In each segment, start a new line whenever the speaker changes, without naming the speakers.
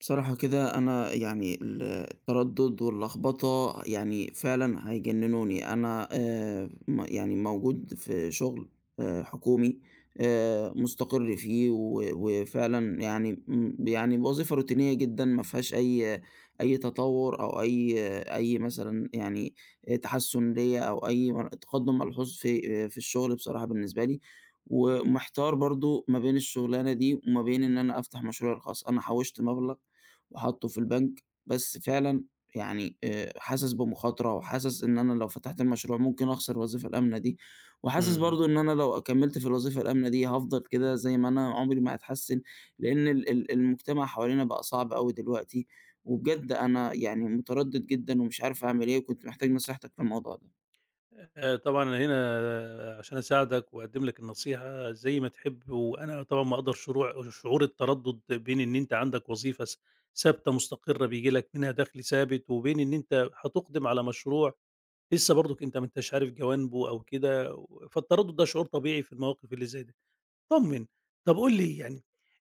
بصراحة كده أنا يعني التردد واللخبطة يعني فعلا هيجننوني أنا، يعني موجود في شغل حكومي، مستقر فيه وفعلا يعني يعني وظيفة روتينية جدا ما فيهاش أي تطور أو أي مثلا يعني تحسن ليا أو أي تقدم ملحوظ في الشغل بصراحة بالنسبة لي. ومحتار برضو ما بين الشغلانة دي وما بين إن أنا أفتح مشروع خاص. أنا حوشت مبلغ وحاطّه في البنك، بس فعلًا يعني حاسس بمخاطرة، وحاسس إن أنا لو فتحت المشروع ممكن أخسر الوظيفة الآمنة دي، وحاسس
إمم.
برضه إن أنا لو كمّلت في الوظيفة الآمنة دي هافضل كده زي ما أنا عمري ما هاتحسّن، لإن ال المجتمع حوالينا بقى صعب أوي دلوقتي، وبجد أنا يعني متردد جدًا ومش عارف أعمل إيه وكنت محتاج نصيحتك في الموضوع ده.
طبعًا أنا هنا عشان أساعدك وأقدّم لك النصيحة زي ما تحب، وأنا طبعًا مقدّر شروع شعور التردُّد بين إن أنت عندك وظيفة ثابتة مستقرة بييجي لك منها دخْل ثابت، وبين إن أنت هتُقدِم على مشروع لسه برضُك أنت ما أنتش عارف جوانبه أو كده و فالتردُّد ده شعور طبيعي في المواقف اللي زي دي. طمّن. طَب قُل لي يعني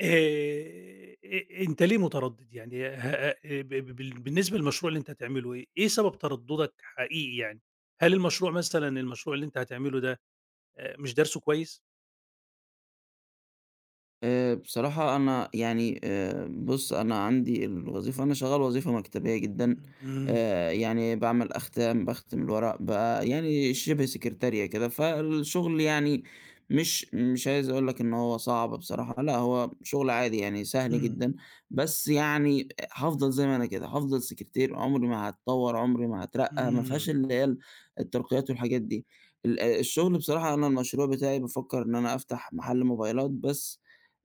أنت ليه متردد؟ يعني ه ه- ب ب بال بالنسبة للمشروع اللي أنت هتعمله إيه، إيه سبب ترددك حقيقي يعني؟ هل المشروع مثلًا المشروع اللي أنت هتعمله ده مش دارسه كويس؟
بصراحة أنا يعني بُص، أنا عندي الوظيفة. أنا شغّال وظيفة مكتبية جدًا،
إمم،
يعني باعمل أختام، باختم الورق، يعني شِبه سكرتارية كده، فالشغل يعني مش عايز أقول لك إن هو صعب بصراحة، لأ هو شغل عادي يعني سهل
إمم،
جدًا، بس يعني هافضل زي ما أنا كده، هافضل سكرتير، عمري ما هاتطوّر، عمري ما هاترقّى، ما
إمم،
فيهاش اللي هي الترقيات والحاجات دي. ال آه، الشغل بصراحة، أنا المشروع بتاعي بافكّر إن أنا أفتح محل موبايلات، بس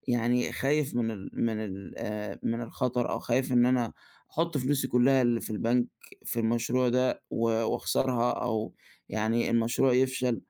يعني خايف من الخطر، أو خايف إن أنا أحُط فلوسي كلّها اللي في البنك في المشروع ده وأخسرها، أو يعني المشروع يفشل.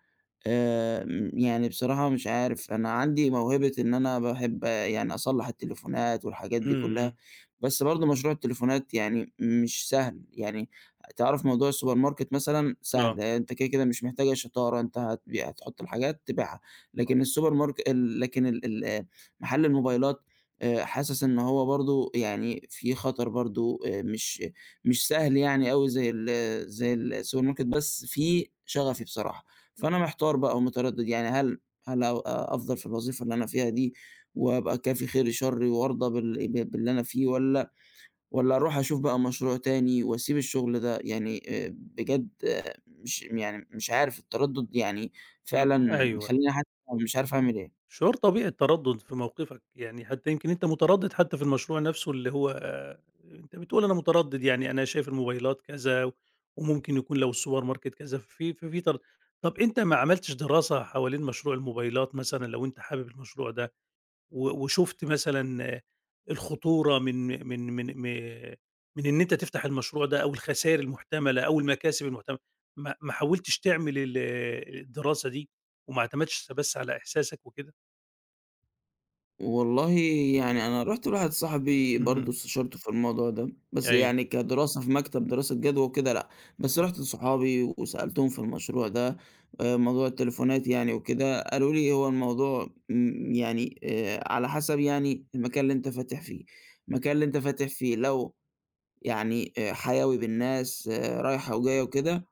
يعني بصراحة مش عارف، أنا عندي موهبة إن أنا باحب يعني أصلّح التليفونات والحاجات دي كلّها،
إمم،
بس برضه مشروع التليفونات يعني مش سهل، يعني تعرف موضوع السوبر ماركت مثلًا
إمم، آه،
سهل، آه، أنت كده، كده مش محتاجة شطارة، أنت هتحط الحاجات تبيعها، لكن ال ال آه، محل الموبايلات، حاسس إن هو برضه يعني في خطر برضه، مش سهل يعني أوي زي السوبر ماركت، بس في شغفي بصراحة. فأنا محتار بقى ومتردد، يعني هل أفضل في الوظيفة اللي أنا فيها دي وأبقى كافي خيري شري وأرضى باللي أنا فيه، والّا أروح أشوف بقى مشروع تاني وأسيب الشغل ده، يعني بجد، مش يعني مش عارف التردد يعني
إمم،
فعلًا
أيوه.
مخلّيني، حتى مش عارف أعمل إيه.
شعور طبيعي التردد في موقفك، يعني حتى يمكن أنت متردد حتى في المشروع نفسه اللي هو آه، أنت بتقول أنا متردد يعني أنا شايف الموبايلات كذا، وممكن يكون لو السوبر ماركت كذا، ففي ففي تر طب أنت ما عملتش دراسة حوالين مشروع الموبايلات مثلًا لو أنت حابب المشروع ده، وشُفت مثلًا آه، الخطورة من من إن أنت تفتح المشروع ده أو الخسائر المحتملة أو المكاسب المحتملة، ما حاولتش تعمل الدراسة دي وما اعتمدتش بس على إحساسك وكده؟
والله يعني أنا رُحت لواحد صاحبي برضه
اهم.
استشرته في الموضوع ده، بس
أيوه.
يعني كدراسة في مكتب دراسة جدوى وكده لأ، بس
إمم.
رُحت لصحابي وسألتهم في المشروع ده، موضوع التليفونات يعني وكده. قالوا لي هو الموضوع على حسب يعني المكان اللي أنت فاتح فيه، المكان اللي أنت فاتح فيه لو يعني حيوي بالناس، رايحة وجاية وكده،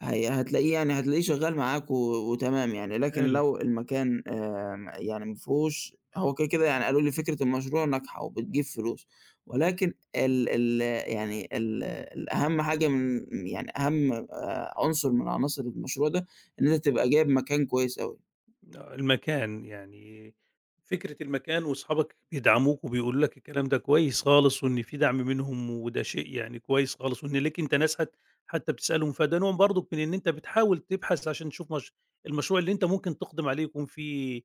هي هتلاقيه، يعني هتلاقيه شغّال معاك وتمام يعني. لكن
حلو.
لو المكان يعني ما فيهوش هو كده، كده يعني قالوا لي فكرة المشروع ناجحة وبتجيب فلوس، ولكن ال ال يعني ال الأهم حاجة من، يعني أهم عنصر من عناصر المشروع ده، إن أنت تبقى جايب مكان كويس أوي.
آه، المكان، يعني فكرة المكان وأصحابك بيدعموك وبيقولوا لك الكلام ده كويس خالص وإن في دعم منهم وده شيء يعني كويس خالص وإن ليك أنت ناس حتّى بتسألهم، فده نوع برضُك من إن أنت بتحاول تبحث عشان تشوف مش المشروع اللي أنت ممكن تقدم عليه يكون فيه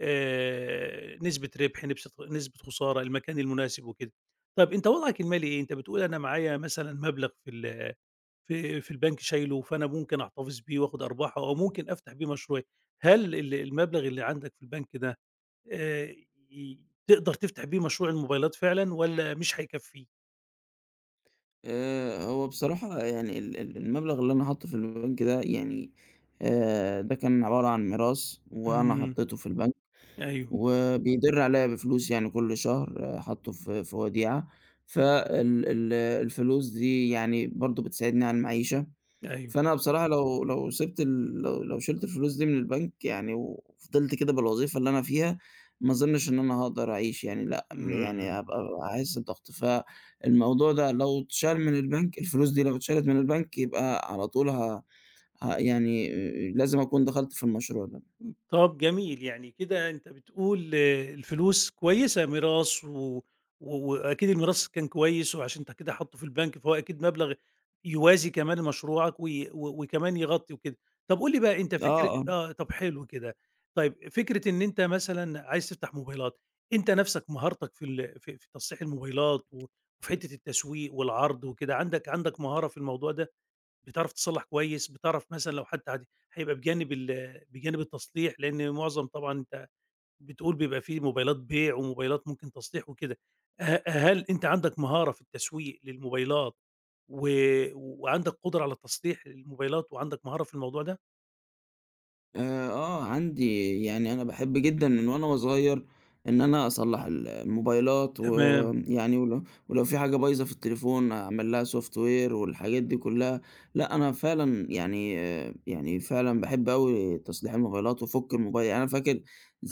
نسبة ربح، نسبة خسارة، المكان المناسب وكده. طَب أنت وضعك المالي إيه؟ أنت بتقول أنا معايا مثلًا مبلغ في في البنك شايله، فأنا ممكن أحتفظ بيه وآخد أرباحه أو ممكن أفتح بيه مشروعي. هل المبلغ اللي عندك في البنك ده آآ تقدر تفتح بيه مشروع الموبايلات فعلًا والّا مش هيكفّيك؟
هو بصراحة يعني ال المبلغ اللي أنا حاطّه في البنك ده يعني، ده كان عبارة عن ميراث وأنا
إمم.
حطّيته في البنك.
إمم، أيوه،
وبيدِر عليَّ بفلوس، يعني كل شهر حاطّه في وديعة، فال ال الفلوس دي يعني برضه بتساعدني على المعيشة،
أيوه.
فأنا بصراحة لو لو سِبت ال لو لو شِلت الفلوس دي من البنك، يعني وفضلت كده بالوظيفة اللي أنا فيها، ما أظنّش إن أنا هاقدر أعيش، يعني لأ،
إمم.
يعني
إمم.
هاحس بضغط، فالموضوع ده لو اتشال من البنك الفلوس دي لو اتشالت من البنك يبقى على طول، ه ه يعني لازم أكون دخلت في المشروع ده.
طب جميل، يعني كده أنت بتقول آه، الفلوس كويسة ميراث و وأكيد الميراث كان كويس وعشان أنت كده حاطّه في البنك، فهو أكيد مبلغ يوازي كمان مشروعك و وكمان يغطّي وكده. طب قُل لي بقى أنت
آه،
فكر
آه.
آه، طب حلو كده. طيب فكرة إن أنت مثلًا عايز تفتح موبايلات، أنت نَفْسك مهارتك في في تصليح الموبايلات و وفي حتّة التسويق والعرض وكده، عندك مهارة في الموضوع ده؟ بتعرف تصلّح كويس، بتعرف مثلًا لو حتى هيبقى بجانب التصليح، لإن معظم طبعًا أنت بتقول بيبقى في موبايلات بيع وموبايلات ممكن تصليح وكده، هل أنت عندك مهارة في التسويق للموبايلات و وعندك قدرة على تصليح الموبايلات وعندك مهارة في الموضوع ده؟
عندي، يعني أنا باحب جدًا من وأنا وصغير إن أنا أصلّح الموبايلات،
تمام،
ويعني ولو في حاجة بايظة في التليفون أعمل لها software والحاجات دي كلّها، لأ أنا فعلًا يعني، يعني فعلًا باحب أوي تصليح الموبايلات وأفُك الموبايل، يعني أنا فاكر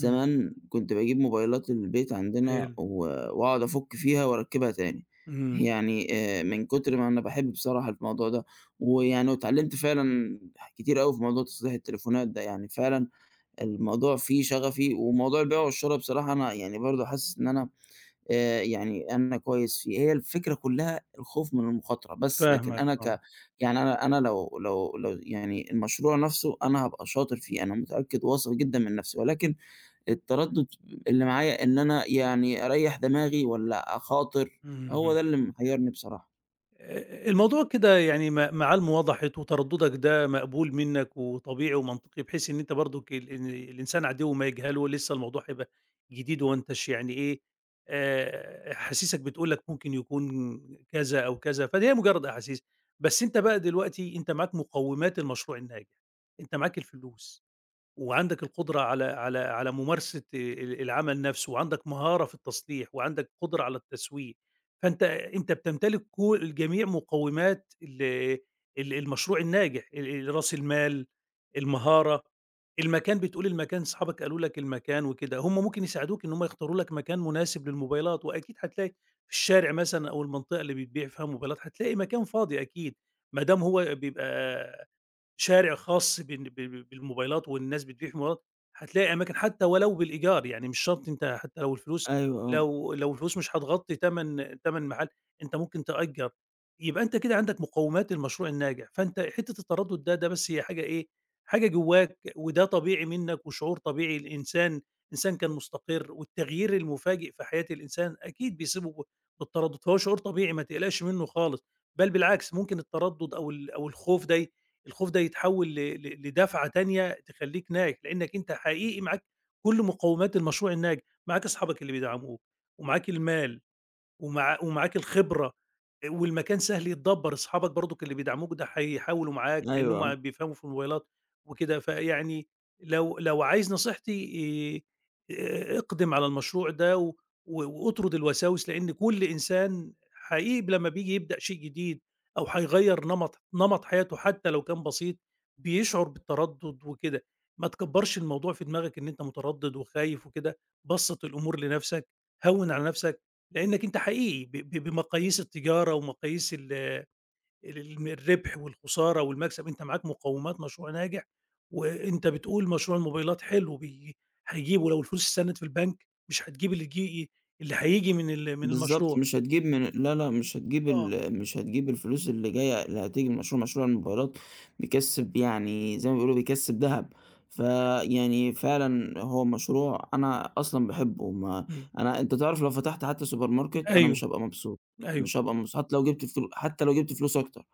إمم،
كنت باجيب موبايلات البيت عندنا
حلو،
وأقعد أفُك فيها وأركّبها تاني،
إمم،
يعني من كتر ما أنا باحب بصراحة الموضوع ده. ويعني واتعلّمت فعلًا كتير أوي في موضوع تصليح التليفونات ده، يعني فعلًا الموضوع فيه شغفي، وموضوع البيع والشرا بصراحة أنا يعني برضه حاسس إن أنا كويس فيه، هي الفكرة كلّها الخوف من المخاطرة بس، لكن
فاهمك
أنا
آه،
ك يعني أنا أنا لو لو لو يعني المشروع نَفْسه أنا هابقى شاطر فيه، أنا متأكد وواثق جدًا من نَفْسي، ولكن التردُّد اللي معايا إن أنا يعني أريّح دماغي والّا أخاطر، هو
اهم.
ده اللي محيّرني بصراحة.
الموضوع كده يعني معالمه وضحت وتردُّدك ده مقبول منّك وطبيعي ومنطقي، بحيث إن أنت برضُك ال إن الإنسان عدوّه ما يجهله، لسّه الموضوع هيبقى جديد وما أنتاش يعني إيه، أحاسيسك بتقول لك ممكن يكون كذا أو كذا، فدي هي مجرّد أحاسيس. بس أنت بقى دلوقتي أنت معاك مقوِّمات المشروع الناجح، أنت معاك الفلوس. وعندك القدرة على ممارسة العمل نفسه، وعندك مهارة في التصليح، وعندك قدرة على التسويق، أنت بتمتلك كل جميع مقومات ال ال المشروع الناجح، رأس المال، المهارة، المكان بتقول المكان صحابك قالوا لك المكان وكده، هم ممكن يساعدوك إن هم يختاروا لك مكان مناسب للموبايلات، وأكيد هتلاقي في الشارع مثلًا أو المنطقة اللي بتبيع فيها موبايلات هتلاقي مكان فاضي أكيد، ما دام هو بيبقى شارع خاص ب بالموبايلات والناس بتبيع في موبايلات، هتلاقي أماكن حتى ولو بالإيجار، يعني مش شرط أنت حتى لو الفلوس
أيوه، آه،
لو الفلوس مش هتغطي تَمَن محل، أنت ممكن تأجّر، يبقى أنت كده عندك مقومات المشروع الناجح، فأنت حتّة التردد ده بس هي حاجة إيه، حاجة جواك وده طبيعي منّك وشعور طبيعي الإنسان إنسان كان مستقر والتغيير المفاجئ في حياة الإنسان أكيد بيصيبه بالتردد، فهو شعور طبيعي ما تقلقش منّه خالص، بل بالعكس ممكن التردد أو ال أو الخوف ده الخوف ده يتحول ل ل لدفعة تانية تخلّيك ناجح، لإنّك أنت حقيقي معاك كل مقومات المشروع الناجح، معاك أصحابك اللي بيدعموك، ومعاك المال ومع ومعاك الخبرة، والمكان سهل يتدبّر، أصحابك برضُك اللي بيدعموك ده هيحاولوا معاك لإن
أيوه، آه.
هُم بيفهموا في الموبايلات وكده، فيعني لو عايز نصيحتي اقدم على المشروع ده واطرد الوساوس، لإن كل إنسان حقيقي لمّا بييجي يبدأ شيء جديد أو هيغيّر نمط حياته حتى لو كان بسيط، بيشعر بالتردُّد وكده. ما تكبّرش الموضوع في دماغك إن أنت متردِّد وخايف وكده، بسّط الأمور لنفسك، هوّن على نفسك لأنك أنت حقيقي ب ب بمقاييس التجارة ومقاييس ال ال الم الربح والخسارة والمكسب، أنت معاك مقومات مشروع ناجح، وأنت بتقول مشروع الموبايلات حلو هيجيب ولو الفلوس استنت في البنك مش هتجيب اللي هييجي من
بالضبط،
المشروع،
مش هتجيب من لا، لأ،
آه،
مش هتجيب الفلوس اللي جاية اللي هتيجي من مشروع الموبايلات، بيكسّب يعني زي ما بيقولوا بيكسّب دهب، فيعني فعلًا هو مشروع أنا أصلًا باحبه، ما
إمم،
أنا أنت تعرف لو فتحت حتى سوبر ماركت أنا مش
أيوه،
هابقى مبسوط،
أيوه،
مش هابقى مبسوط حتى لو جِبت فلوس أكتر،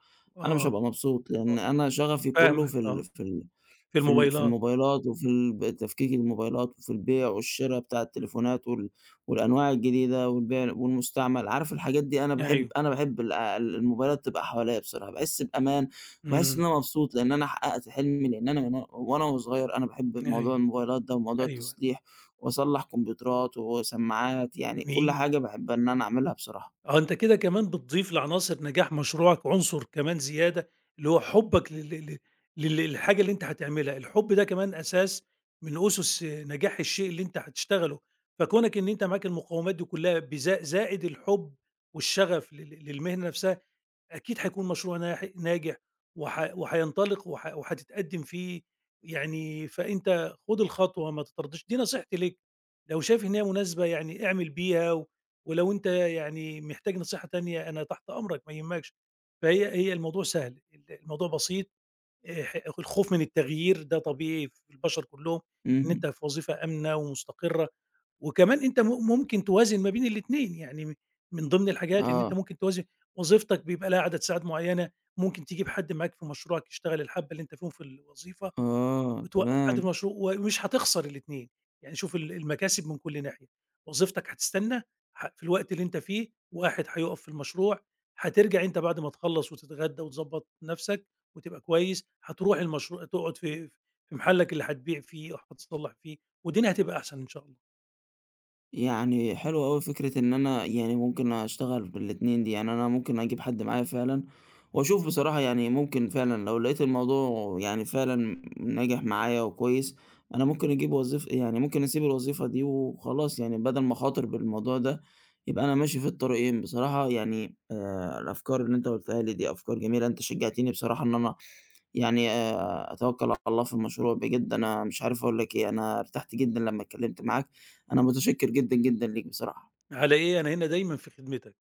أنا مش
آه،
هابقى مبسوط، لإن
آه،
أنا شغفي كلّه
فاهمك آه، في
في
الموبايلات،
الموبايلات، وفي ال ب تفكيك الموبايلات، وفي البيع والشِرا بتاع التليفونات والأنواع الجديدة والبيع والمستعمل، عارف الحاجات دي،
أيوه،
أنا باحب الموبايلات تبقى حواليّا بصراحة، باحس بأمان وباحس
إمم،
إن أنا مبسوط لإن أنا حققت حلمي، لإن أنا من وأنا وصغير أنا باحب موضوع
أيوه،
الموبايلات ده وموضوع
أيوه،
التصليح، وأصلّح كمبيوترات وسماعات، يعني كل
جميل.
حاجة باحب إن أنا أعملها بصراحة.
آه، أنت كده كمان بتضيف لعناصر نجاح مشروعك عنصر كمان زيادة، اللي هو حُبّك لل لل لل للحاجة اللي أنت هتعملها، الحُب ده كمان أساس من أُسُس نجاح الشيء اللي أنت هتشتغله، فكونك إن أنت معاك المقومات دي كلها زائد الحُب والشغف للمهنة نفسها، أكيد هيكون مشروع ناجح وح وهينطلق وح وهتتقدم فيه، يعني فأنت خُد الخطوة ما تتردّش، دي نصيحتي ليك، لو شايف إن هي مناسبة يعني اعمل بيها ولو أنت يعني محتاج نصيحة تانية أنا تحت أمرك ما يهمكش، هي الموضوع سهل، الموضوع بسيط، الخوف من التغيير ده طبيعي في البشر كلّهم، إن
اهم.
أنت في وظيفة آمنة ومستقرة وكمان أنت ممكن توازن ما بين الاتنين، يعني من ضمن الحاجات إن أنت
آه،
ممكن توازن وظيفتك بيبقى لها عدد ساعات معيّنة، ممكن تجيب حد معاك في مشروعك يشتغل الحبّة اللي أنت فيهم في الوظيفة،
آه،
وتوقّف حد في
تمام.
مشروع ومش هتخسر الاتنين، يعني شوف المكاسب من كل ناحية، وظيفتك هتستنى في الوقت اللي أنت فيه واحد هيُقف في المشروع، هترجع أنت بعد ما تخلّص وتتغدى وتضبّط نَفْسك وتبقى كويس، هتروح المشروع تقعد في في محلّك اللي هتبيع فيه أو هتصلّح فيه والدنيا هتبقى أحسن إن شاء الله.
يعني حلو أوي فكرة إن أنا يعني ممكن أشتغل بالاتنين دي، يعني أنا ممكن أجيب حد معايا فعلًا وأشوف، بصراحة يعني ممكن فعلًا لو لقيت الموضوع يعني فعلًا ناجح معايا وكويس، أنا ممكن أجيب وظيف يعني ممكن أسيب الوظيفة دي وخلاص، يعني بدل ما أخاطر بالموضوع ده، يبقى أنا ماشي في الطريقين، بصراحة يعني الأفكار اللي أنت قُلتها لي دي أفكار جميلة، أنت شجّعتني بصراحة إن أنا يعني أتوكّل على الله في المشروع، بجد أنا مش عارف أقول لك إيه، أنا ارتحت جدًا لمّا اتكلمت معاك. أنا متشكر جدًا، جدًا ليك بصراحة.
على إيه، أنا هنا دايمًا في خدمتك.